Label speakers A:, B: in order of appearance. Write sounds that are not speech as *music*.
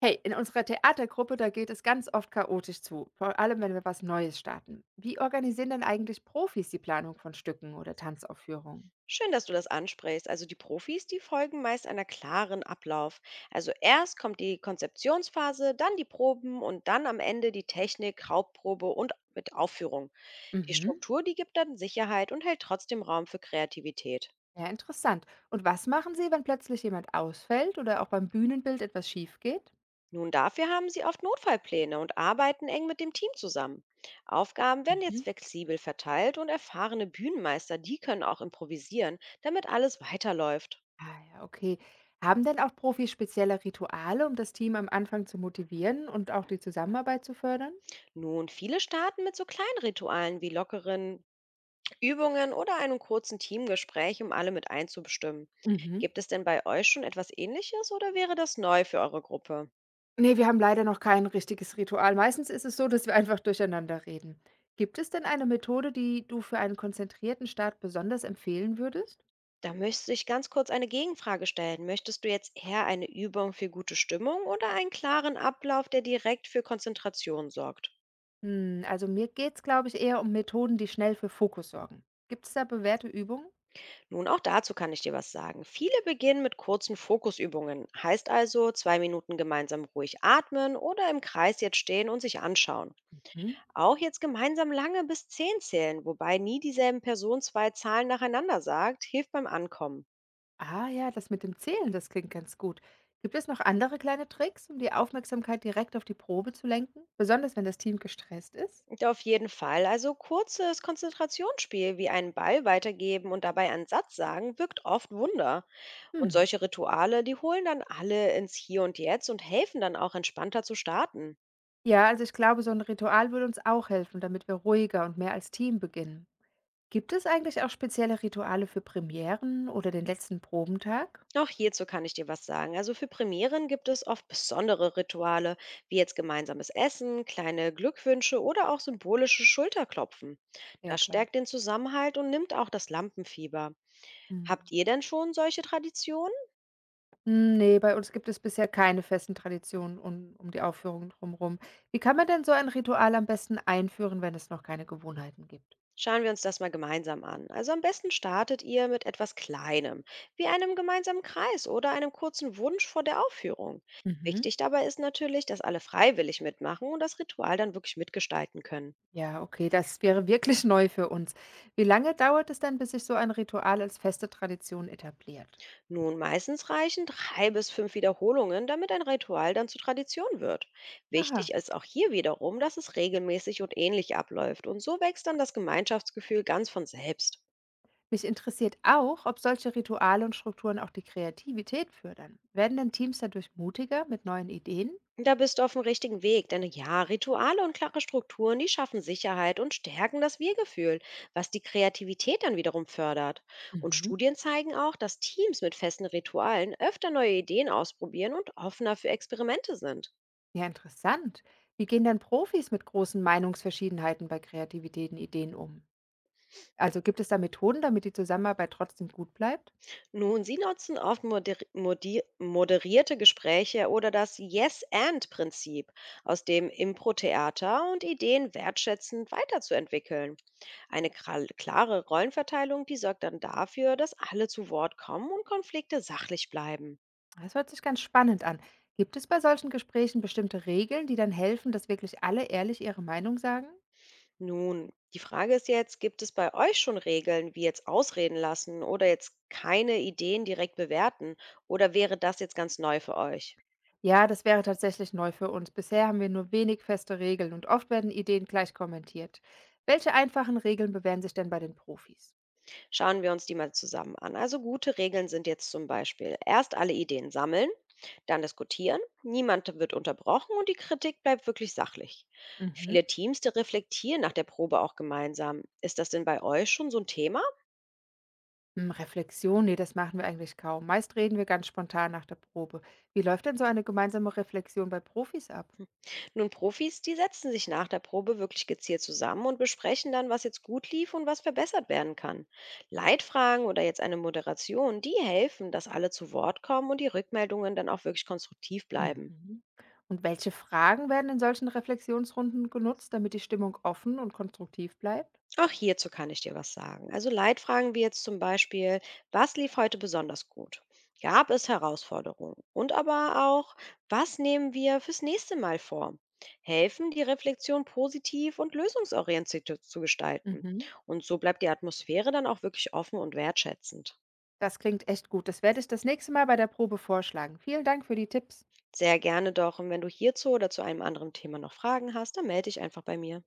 A: Hey, in unserer Theatergruppe, da geht es ganz oft chaotisch zu, vor allem wenn wir was Neues starten. Wie organisieren denn eigentlich Profis die Planung von Stücken oder Tanzaufführungen?
B: Schön, dass du das ansprichst. Also die Profis, die folgen meist einer klaren Ablauf. Also erst kommt die Konzeptionsphase, dann die Proben und dann am Ende die Technik, Hauptprobe und mit Aufführung. Die
A: Mhm.
B: Struktur, die gibt dann Sicherheit und hält trotzdem Raum für Kreativität.
A: Ja, interessant. Und was machen Sie, wenn plötzlich jemand ausfällt oder auch beim Bühnenbild etwas schief geht?
B: Nun, dafür haben sie oft Notfallpläne und arbeiten eng mit dem Team zusammen. Aufgaben werden jetzt
A: Mhm.
B: flexibel verteilt und erfahrene Bühnenmeister, die können auch improvisieren, damit alles weiterläuft.
A: Ah ja, okay. Haben denn auch Profis spezielle Rituale, um das Team am Anfang zu motivieren und auch die Zusammenarbeit zu fördern?
B: Nun, viele starten mit so kleinen Ritualen wie lockeren Übungen oder einem kurzen Teamgespräch, um alle mit einzubestimmen.
A: Mhm.
B: Gibt es denn bei euch schon etwas Ähnliches oder wäre das neu für eure Gruppe?
A: Ne, wir haben leider noch kein richtiges Ritual. Meistens ist es so, dass wir einfach durcheinander reden. Gibt es denn eine Methode, die du für einen konzentrierten Start besonders empfehlen würdest?
B: Da müsste ich ganz kurz eine Gegenfrage stellen. Möchtest du jetzt eher eine Übung für gute Stimmung oder einen klaren Ablauf, der direkt für Konzentration sorgt?
A: Hm, also mir geht's, glaube ich, eher um Methoden, die schnell für Fokus sorgen. Gibt es da bewährte Übungen?
B: Nun, auch dazu kann ich dir was sagen. Viele beginnen mit kurzen Fokusübungen. Heißt also, 2 Minuten gemeinsam ruhig atmen oder im Kreis jetzt stehen und sich anschauen.
A: Mhm.
B: Auch jetzt gemeinsam lange bis 10 zählen, wobei nie dieselben Person zwei Zahlen nacheinander sagt, hilft beim Ankommen.
A: Ah ja, das mit dem Zählen, das klingt ganz gut. Gibt es noch andere kleine Tricks, um die Aufmerksamkeit direkt auf die Probe zu lenken? Besonders wenn das Team gestresst ist?
B: Und auf jeden Fall, also kurzes Konzentrationsspiel wie einen Ball weitergeben und dabei einen Satz sagen, wirkt oft Wunder. Und
A: Hm.
B: solche Rituale, die holen dann alle ins Hier und Jetzt und helfen dann auch entspannter zu starten.
A: Ja, also ich glaube, so ein Ritual würde uns auch helfen, damit wir ruhiger und mehr als Team beginnen. Gibt es eigentlich auch spezielle Rituale für Premieren oder den letzten Probentag?
B: Auch hierzu kann ich dir was sagen. Also für Premieren gibt es oft besondere Rituale, wie jetzt gemeinsames Essen, kleine Glückwünsche oder auch symbolische Schulterklopfen.
A: Ja,
B: Das
A: klar.
B: stärkt den Zusammenhalt und nimmt auch das Lampenfieber. Habt
A: Mhm.
B: ihr denn schon solche Traditionen?
A: Hm, ne, bei uns gibt es bisher keine festen Traditionen um die Aufführung drumherum. Wie kann man denn so ein Ritual am besten einführen, wenn es noch keine Gewohnheiten gibt?
B: Schauen wir uns das mal gemeinsam an. Also am besten startet ihr mit etwas Kleinem, wie einem gemeinsamen Kreis oder einem kurzen Wunsch vor der Aufführung.
A: Mhm.
B: Wichtig dabei ist natürlich, dass alle freiwillig mitmachen und das Ritual dann wirklich mitgestalten können.
A: Ja, okay, das wäre wirklich *laughs* neu für uns. Wie lange dauert es denn, bis sich so ein Ritual als feste Tradition etabliert?
B: Nun, meistens reichen 3 bis 5 Wiederholungen, damit ein Ritual dann zur Tradition wird.
A: Aha.
B: Wichtig ist auch hier wiederum, dass es regelmäßig und ähnlich abläuft und so wächst dann das Gemeinschaftsgefühl ganz von selbst.
A: Mich interessiert auch, ob solche Rituale und Strukturen auch die Kreativität fördern. Werden denn Teams dadurch mutiger mit neuen Ideen?
B: Da bist du auf dem richtigen Weg, denn ja, Rituale und klare Strukturen, die schaffen Sicherheit und stärken das Wir-Gefühl, was die Kreativität dann wiederum fördert. Und
A: Mhm.
B: Studien zeigen auch, dass Teams mit festen Ritualen öfter neue Ideen ausprobieren und offener für Experimente sind.
A: Ja, interessant. Wie gehen denn Profis mit großen Meinungsverschiedenheiten bei kreativen Ideen um? Also gibt es da Methoden, damit die Zusammenarbeit trotzdem gut bleibt?
B: Nun, Sie nutzen oft moderierte Gespräche oder das Yes-and-Prinzip, aus dem Impro-Theater und Ideen wertschätzend weiterzuentwickeln. Eine klare Rollenverteilung, die sorgt dann dafür, dass alle zu Wort kommen und Konflikte sachlich bleiben.
A: Das hört sich ganz spannend an. Gibt es bei solchen Gesprächen bestimmte Regeln, die dann helfen, dass wirklich alle ehrlich ihre Meinung sagen?
B: Nun, die Frage ist jetzt, gibt es bei euch schon Regeln, wie jetzt ausreden lassen oder jetzt keine Ideen direkt bewerten? Oder wäre das jetzt ganz neu für euch?
A: Ja, das wäre tatsächlich neu für uns. Bisher haben wir nur wenig feste Regeln und oft werden Ideen gleich kommentiert. Welche einfachen Regeln bewähren sich denn bei den Profis?
B: Schauen wir uns die mal zusammen an. Also gute Regeln sind jetzt zum Beispiel erst alle Ideen sammeln, dann diskutieren, niemand wird unterbrochen und die Kritik bleibt wirklich sachlich.
A: Mhm.
B: Viele Teams, die reflektieren nach der Probe auch gemeinsam. Ist das denn bei euch schon so ein Thema?
A: Hm, Reflexion, nee, das machen wir eigentlich kaum. Meist reden wir ganz spontan nach der Probe. Wie läuft denn so eine gemeinsame Reflexion bei Profis ab?
B: Nun, Profis, die setzen sich nach der Probe wirklich gezielt zusammen und besprechen dann, was jetzt gut lief und was verbessert werden kann. Leitfragen oder jetzt eine Moderation, die helfen, dass alle zu Wort kommen und die Rückmeldungen dann auch wirklich konstruktiv bleiben.
A: Mhm. Und welche Fragen werden in solchen Reflexionsrunden genutzt, damit die Stimmung offen und konstruktiv bleibt?
B: Auch hierzu kann ich dir was sagen. Also Leitfragen wie jetzt zum Beispiel, was lief heute besonders gut? Gab es Herausforderungen? Und aber auch, was nehmen wir fürs nächste Mal vor? Helfen, die Reflexion positiv und lösungsorientiert zu gestalten.
A: Mhm.
B: Und so bleibt die Atmosphäre dann auch wirklich offen und wertschätzend.
A: Das klingt echt gut. Das werde ich das nächste Mal bei der Probe vorschlagen. Vielen Dank für die Tipps.
B: Sehr gerne doch. Und wenn du hierzu oder zu einem anderen Thema noch Fragen hast, dann melde dich einfach bei mir.